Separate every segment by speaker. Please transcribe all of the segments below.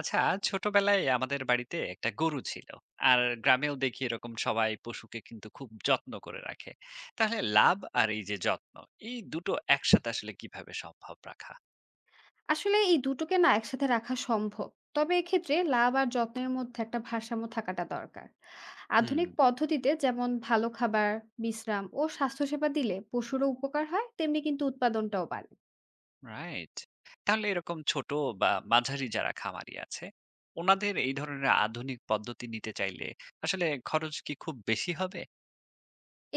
Speaker 1: আচ্ছা, ছোটবেলায় আমাদের বাড়িতে একটা গরু ছিল। আর গ্রামেও দেখি এরকম সবাই পশুকে কিন্তু খুব যত্ন করে রাখে। তাহলে লাভ আর এই যে যত্ন, এই দুটো একসাথে আসলে কিভাবে সম্ভব রাখা?
Speaker 2: আসলে এই দুটোকে না একসাথে রাখা সম্ভব। তবে এক্ষেত্রে লাভ আর যত্নের মধ্যে একটা ভারসাম্য থাকাটা দরকার।
Speaker 1: হুম।
Speaker 2: আধুনিক পদ্ধতিতে যেমন ভালো খাবার, বিশ্রাম ও স্বাস্থ্যসেবা দিলে পশুরও উপকার হয়, তেমনি কিন্তু উৎপাদনটাও বাড়ে।
Speaker 1: রাইট। তাহলে এরকম ছোট বা মাঝারি যারা খামারি আছে, ওনাদের এই ধরনের আধুনিক পদ্ধতি নিতে চাইলে আসলে খরচ কি খুব বেশি হবে?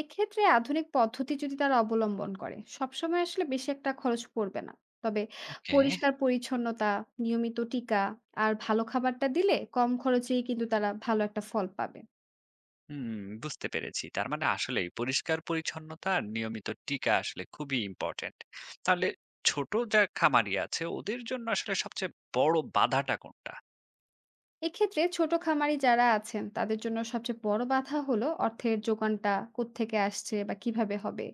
Speaker 2: এক্ষেত্রে আধুনিক পদ্ধতি যদি তারা অবলম্বন করে, সবসময় আসলে বেশি একটা খরচ পড়বে না। তবে
Speaker 1: ওকে।
Speaker 2: পরিষ্কার পরিচ্ছন্নতা, নিয়মিত টিকা আর ভালো খাবারটা দিলে কম খরচেই কিন্তু তারা ভালো একটা ফল পাবে।
Speaker 1: হুম, বুঝতে পেরেছি। তার মানে আসলেই পরিষ্কার পরিচ্ছন্নতা আর নিয়মিত টিকা আসলে খুবই ইম্পোর্টেন্ট। তাহলে ছোট যা খামারি আছে ওদের জন্য আসলে সবচেয়ে বড় বাধাটা কোনটা?
Speaker 2: এক্ষেত্রে ছোট খামারি যারা আছেন তাদের জন্য সবচেয়ে বড় বাধা হলো অর্থের যোগানটা কোত্থেকে আসছে বা কিভাবে হবে।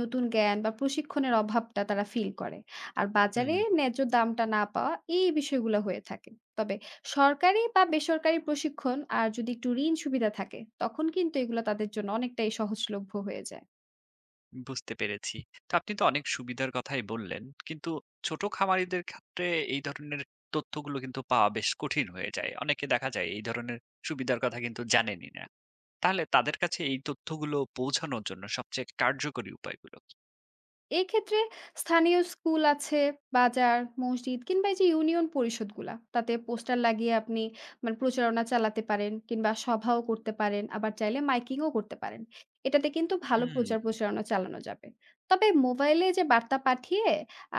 Speaker 2: নতুন জ্ঞান বা প্রশিক্ষণের অভাবটা তারা ফিল করে, আর বাজারে
Speaker 1: হুম,
Speaker 2: ন্যায্য দামটা না পাওয়া এই বিষয়গুলো হয়ে থাকে। তবে সরকারি বা বেসরকারি প্রশিক্ষণ আর যদি একটু ঋণ সুবিধা থাকে তখন কিন্তু এগুলো তাদের জন্য অনেকটাই সহজলভ্য হয়ে যায়।
Speaker 1: বুঝতে পেরেছি। তো আপনি তো অনেক সুবিধার কথাই বললেন। কিন্তু ছোট খামারিদের ক্ষেত্রে এই ধরনের তথ্যগুলো কিন্তু পাওয়া বেশ কঠিন হয়ে যায়। অনেকে দেখা যায় এই ধরনের সুবিধার কথা কিন্তু জানেনই না। তাহলে তাদের কাছে এই তথ্যগুলো পৌঁছানোর জন্য সবচেয়ে কার্যকরী উপায়গুলো কি?
Speaker 2: এক্ষেত্রে স্থানীয় স্কুল আছে, বাজার, মসজিদ কিংবা এই যে ইউনিয়ন পরিষদগুলা, তাতে পোস্টার লাগিয়ে আপনি মানে প্রচারণা চালাতে পারেন কিংবা সভাও করতে পারেন, আবার চাইলে মাইকিংও করতে পারেন। এটাতে কিন্তু ভালো প্রচার
Speaker 1: হুম।
Speaker 2: প্রচারণা চালানো যাবে। তবে মোবাইলে যে বার্তা পাঠিয়ে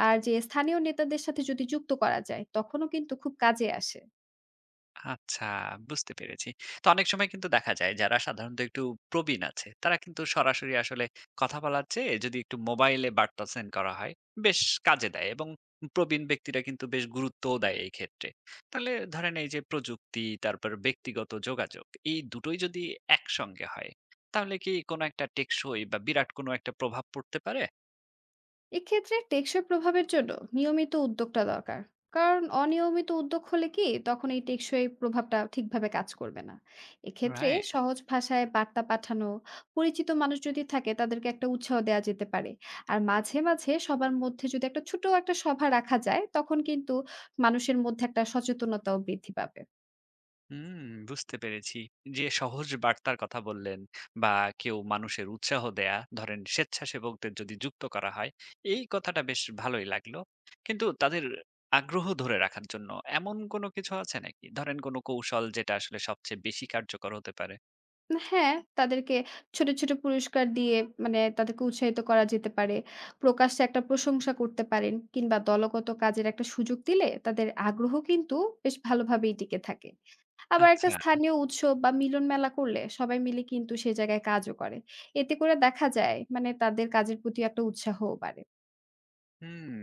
Speaker 2: আর যে স্থানীয় নেতাদের সাথে যদি যুক্ত করা যায়, তখনও কিন্তু খুব কাজে আসে।
Speaker 1: আচ্ছা, বুঝতে পেরেছি। তো অনেক সময় কিন্তু দেখা যায় যারা সাধারণত একটু প্রবীণ আছে, তারা কিন্তু সরাসরি আসলে কথা বলার চেয়ে যদি একটু মোবাইলে বার্তা সেন্ড করা হয়, বেশ কাজে দেয় এবং প্রবীণ ব্যক্তিরা কিন্তু বেশ গুরুত্বও দেয় এই ক্ষেত্রে। তাহলে ধরেন এই যে প্রযুক্তি, তারপর ব্যক্তিগত যোগাযোগ, এই দুটোই যদি একসঙ্গে হয়, তাহলে কি কোনো একটা টেকসই বা বিরাট কোনো একটা প্রভাব পড়তে পারে?
Speaker 2: এক্ষেত্রে টেকসই প্রভাবের জন্য নিয়মিত উদ্যোগটা দরকার, কারণ অনিয়মিত উদ্যোগ হলে কি তখন এই টেকসই প্রভাবটা ঠিকভাবে কাজ করবে না। এক্ষেত্রে
Speaker 1: রাইট।
Speaker 2: সহজ ভাষায় বার্তা পাঠানো, পরিচিত মানুষ যদি থাকে তাদেরকে একটা উৎসাহ দেওয়া যেতে পারে। আর মাঝে মাঝে সবার মধ্যে যদি একটা ছোট একটা সভা রাখা যায় তখন কিন্তু মানুষের মধ্যে একটা সচেতনতাও বৃদ্ধি পাবে।
Speaker 1: হুম, বুঝতে পেরেছি। যে সহজ বার্তার কথা বললেন বা কেউ মানুষের উৎসাহ দেয়া, ধরেন স্বেচ্ছাসেবকদের যদি যুক্ত করা হয়, এই কথাটা বেশ ভালোই লাগলো। কিন্তু তাদের আগ্রহ ধরে রাখার জন্য এমন কোনো কিছু আছে নাকি? ধরেন কোনো কৌশল যেটা আসলে সবচেয়ে বেশি কার্যকর হতে পারে?
Speaker 2: হ্যাঁ, তাদেরকে ছোট, ছোট পুরস্কার দিয়ে মানে তাদেরকে উৎসাহিত করা যেতে পারে। প্রকাশ্যে একটা প্রশংসা করতে পারেন কিংবা দলগত কাজের একটা সুযোগ দিলে তাদের আগ্রহ কিন্তু বেশ ভালোভাবেই টিকে থাকে। আবার
Speaker 1: আচ্ছা।
Speaker 2: একটা স্থানীয় উৎসব বা মিলন মেলা করলে সবাই মিলে কিন্তু সে জায়গায় কাজও করে। এতে করে দেখা যায় মানে তাদের কাজের প্রতি একটা উৎসাহও বাড়ে।
Speaker 1: হুম।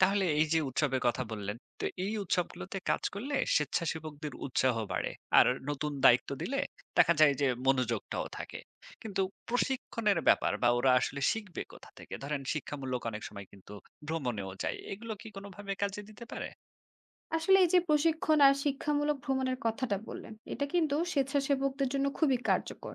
Speaker 1: তাহলে এই যে উৎসবের কথা বললেন, তো এই উৎসবগুলোতে কাজ করলে স্বেচ্ছাসেবকদের উৎসাহ বাড়ে। আর নতুন দায়িত্ব দিলে দেখা যায় যে মনোযোগটাও থাকে। কিন্তু প্রশিক্ষণের ব্যাপার বা ওরা আসলে শিখবে কোথা থেকে? ধরেন শিক্ষামূলক অনেক সময় কিন্তু ভ্রমণেও যায়। এগুলো কি কোনোভাবে কাজে দিতে পারে?
Speaker 2: আসলে এই যে প্রশিক্ষণ আর শিক্ষামূলক ভ্রমণের কথাটা বললেন, এটা কিন্তু স্বেচ্ছাসেবকদের জন্য খুবই কার্যকর।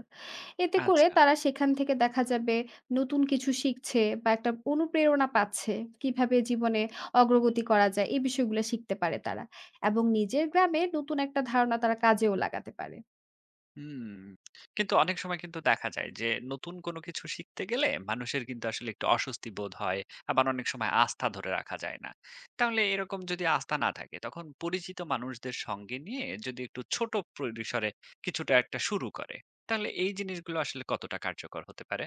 Speaker 2: এতে করে
Speaker 1: আচ্ছা।
Speaker 2: তারা সেখান থেকে দেখা যাবে নতুন কিছু শিখছে বা একটা অনুপ্রেরণা পাচ্ছে। কিভাবে জীবনে অগ্রগতি করা যায় এই বিষয়গুলো শিখতে পারে তারা। এবং নিজের গ্রামে নতুন একটা ধারণা তারা কাজেও লাগাতে পারে।
Speaker 1: হুম, কিন্তু অনেক সময় কিন্তু দেখা যায় যে নতুন কোনো কিছু শিখতে গেলে মানুষের কিন্তু আসলে একটু অস্বস্তি বোধ হয়। আবার অনেক সময় আস্থা ধরে রাখা যায় না। তাহলে এরকম যদি আস্থা না থাকে তখন পরিচিত মানুষদের সঙ্গে নিয়ে যদি একটু ছোট পরিসরে কিছুটা একটা শুরু করে, তাহলে এই জিনিসগুলো আসলে কতটা কার্যকর হতে পারে?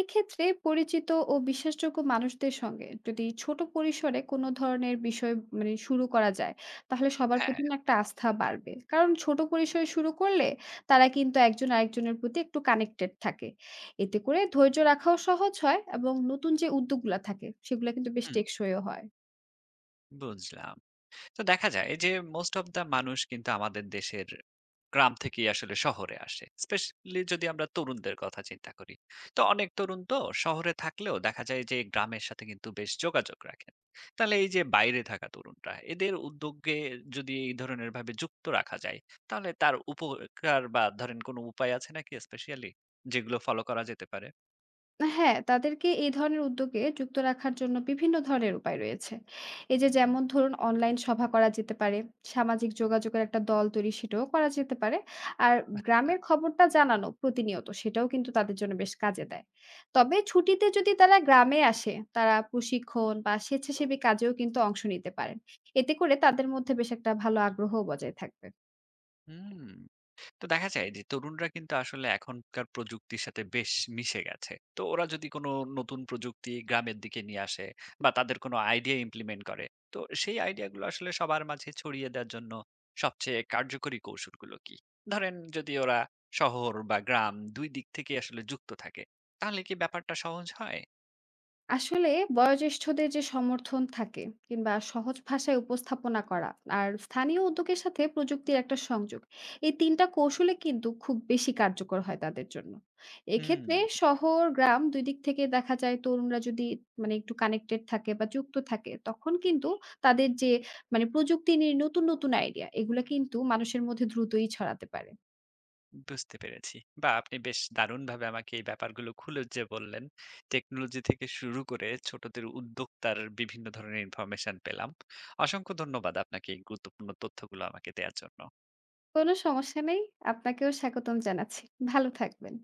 Speaker 2: এক্ষেত্রে পরিচিত ও বিশ্বাসযোগ্য মানুষদের সঙ্গে যদি ছোট পরিসরে কোনো ধরনের বিষয় মানে শুরু করা যায়, তাহলে সবার
Speaker 1: হ্যাঁ।
Speaker 2: প্রতি না একটা আস্থা বাড়বে, কারণ ছোট পরিসরে শুরু করলে তারা কিন্তু একজন আরেকজনের প্রতি একটু কানেক্টেড থাকে। এতে করে ধৈর্য রাখাও সহজ হয়, এবং নতুন যে উদ্যোগগুলা থাকে সেগুলো কিন্তু বেশ
Speaker 1: হুম,
Speaker 2: টেকসইও হয়।
Speaker 1: বুঝলাম। তো দেখা যায় যে মোস্ট অফ দা মানুষ কিন্তু আমাদের দেশের গ্রাম থেকেই আসলে শহরে আসে, স্পেশালি যদি আমরা তরুণদের কথা চিন্তা করি। তো অনেক তরুণ তো শহরে থাকলেও দেখা যায় যে গ্রামের সাথে কিন্তু বেশ যোগাযোগ রাখেন। তাহলে এই যে বাইরে থাকা তরুণরা এদের উদ্যোগে যদি এই ধরনের ভাবে যুক্ত রাখা যায়, তাহলে তার উপকার বা ধরেন কোনো উপায় আছে নাকি, স্পেশালি যেগুলো ফলো করা যেতে পারে?
Speaker 2: হ্যাঁ, তাদেরকে এই ধরনের উদ্যোগে যুক্ত রাখার জন্য বিভিন্ন ধরনের উপায় রয়েছে। এই যে যেমন ধরুন অনলাইন সভা করা যেতে পারে, সামাজিক যোগাযোগের একটা দল তৈরি সেটাও করা যেতে পারে। আর
Speaker 1: আচ্ছা।
Speaker 2: গ্রামের খবরটা জানানো প্রতিনিয়ত সেটাও কিন্তু তাদের জন্য বেশ কাজে দেয়। তবে ছুটিতে যদি তারা গ্রামে আসে, তারা প্রশিক্ষণ বা স্বেচ্ছাসেবী কাজেও কিন্তু অংশ নিতে পারেন। এতে করে তাদের মধ্যে বেশ একটা ভালো আগ্রহ বজায় থাকবে।
Speaker 1: হুম। তো দেখা যায় যে তরুণরা কিন্তু আসলে এখনকার প্রযুক্তির সাথে বেশ মিশে গেছে। তো ওরা যদি কোনো নতুন প্রযুক্তি গ্রামের দিকে নিয়ে আসে বা তাদের কোনো আইডিয়া ইমপ্লিমেন্ট করে, তো সেই আইডিয়াগুলো আসলে সবার মাঝে ছড়িয়ে দেওয়ার জন্য সবচেয়ে কার্যকরী কৌশলগুলো কি? ধরেন যদি ওরা শহর বা গ্রাম দুই দিক থেকে আসলে যুক্ত থাকে, তাহলে কি ব্যাপারটা সহজ হয়?
Speaker 2: আসলে বয়োজ্যেষ্ঠদের যে সমর্থন থাকে, কিংবা সহজ ভাষায় উপস্থাপনা করা, আর স্থানীয় উদ্যোগের সাথে প্রযুক্তির একটা সংযোগ, এই 3টা কৌশলে কিন্তু খুব বেশি কার্যকর হয় তাদের জন্য।
Speaker 1: হুম,
Speaker 2: এক্ষেত্রে শহর গ্রাম দুই দিক থেকে দেখা যায় তরুণরা যদি মানে একটু কানেক্টেড থাকে বা যুক্ত থাকে তখন কিন্তু তাদের যে মানে প্রযুক্তি নিয়ে নতুন নতুন আইডিয়া এগুলো কিন্তু মানুষের মধ্যে দ্রুতই ছড়াতে পারে।
Speaker 1: বুঝতে পেরেছি। বাহ! আপনি বেশ দারুণভাবে আমাকে এই ব্যাপারগুলো খুলে যে বললেন, টেকনোলজি থেকে শুরু করে ছোটদের উদ্যোক্তার বিভিন্ন ধরনের ইনফরমেশন পেলাম। অসংখ্য ধন্যবাদ আপনাকে এই গুরুত্বপূর্ণ তথ্যগুলো আমাকে দেয়ার জন্য।
Speaker 2: কোনো সমস্যা নেই। আপনাকেও স্বাগতম জানাচ্ছি। ভালো থাকবেন।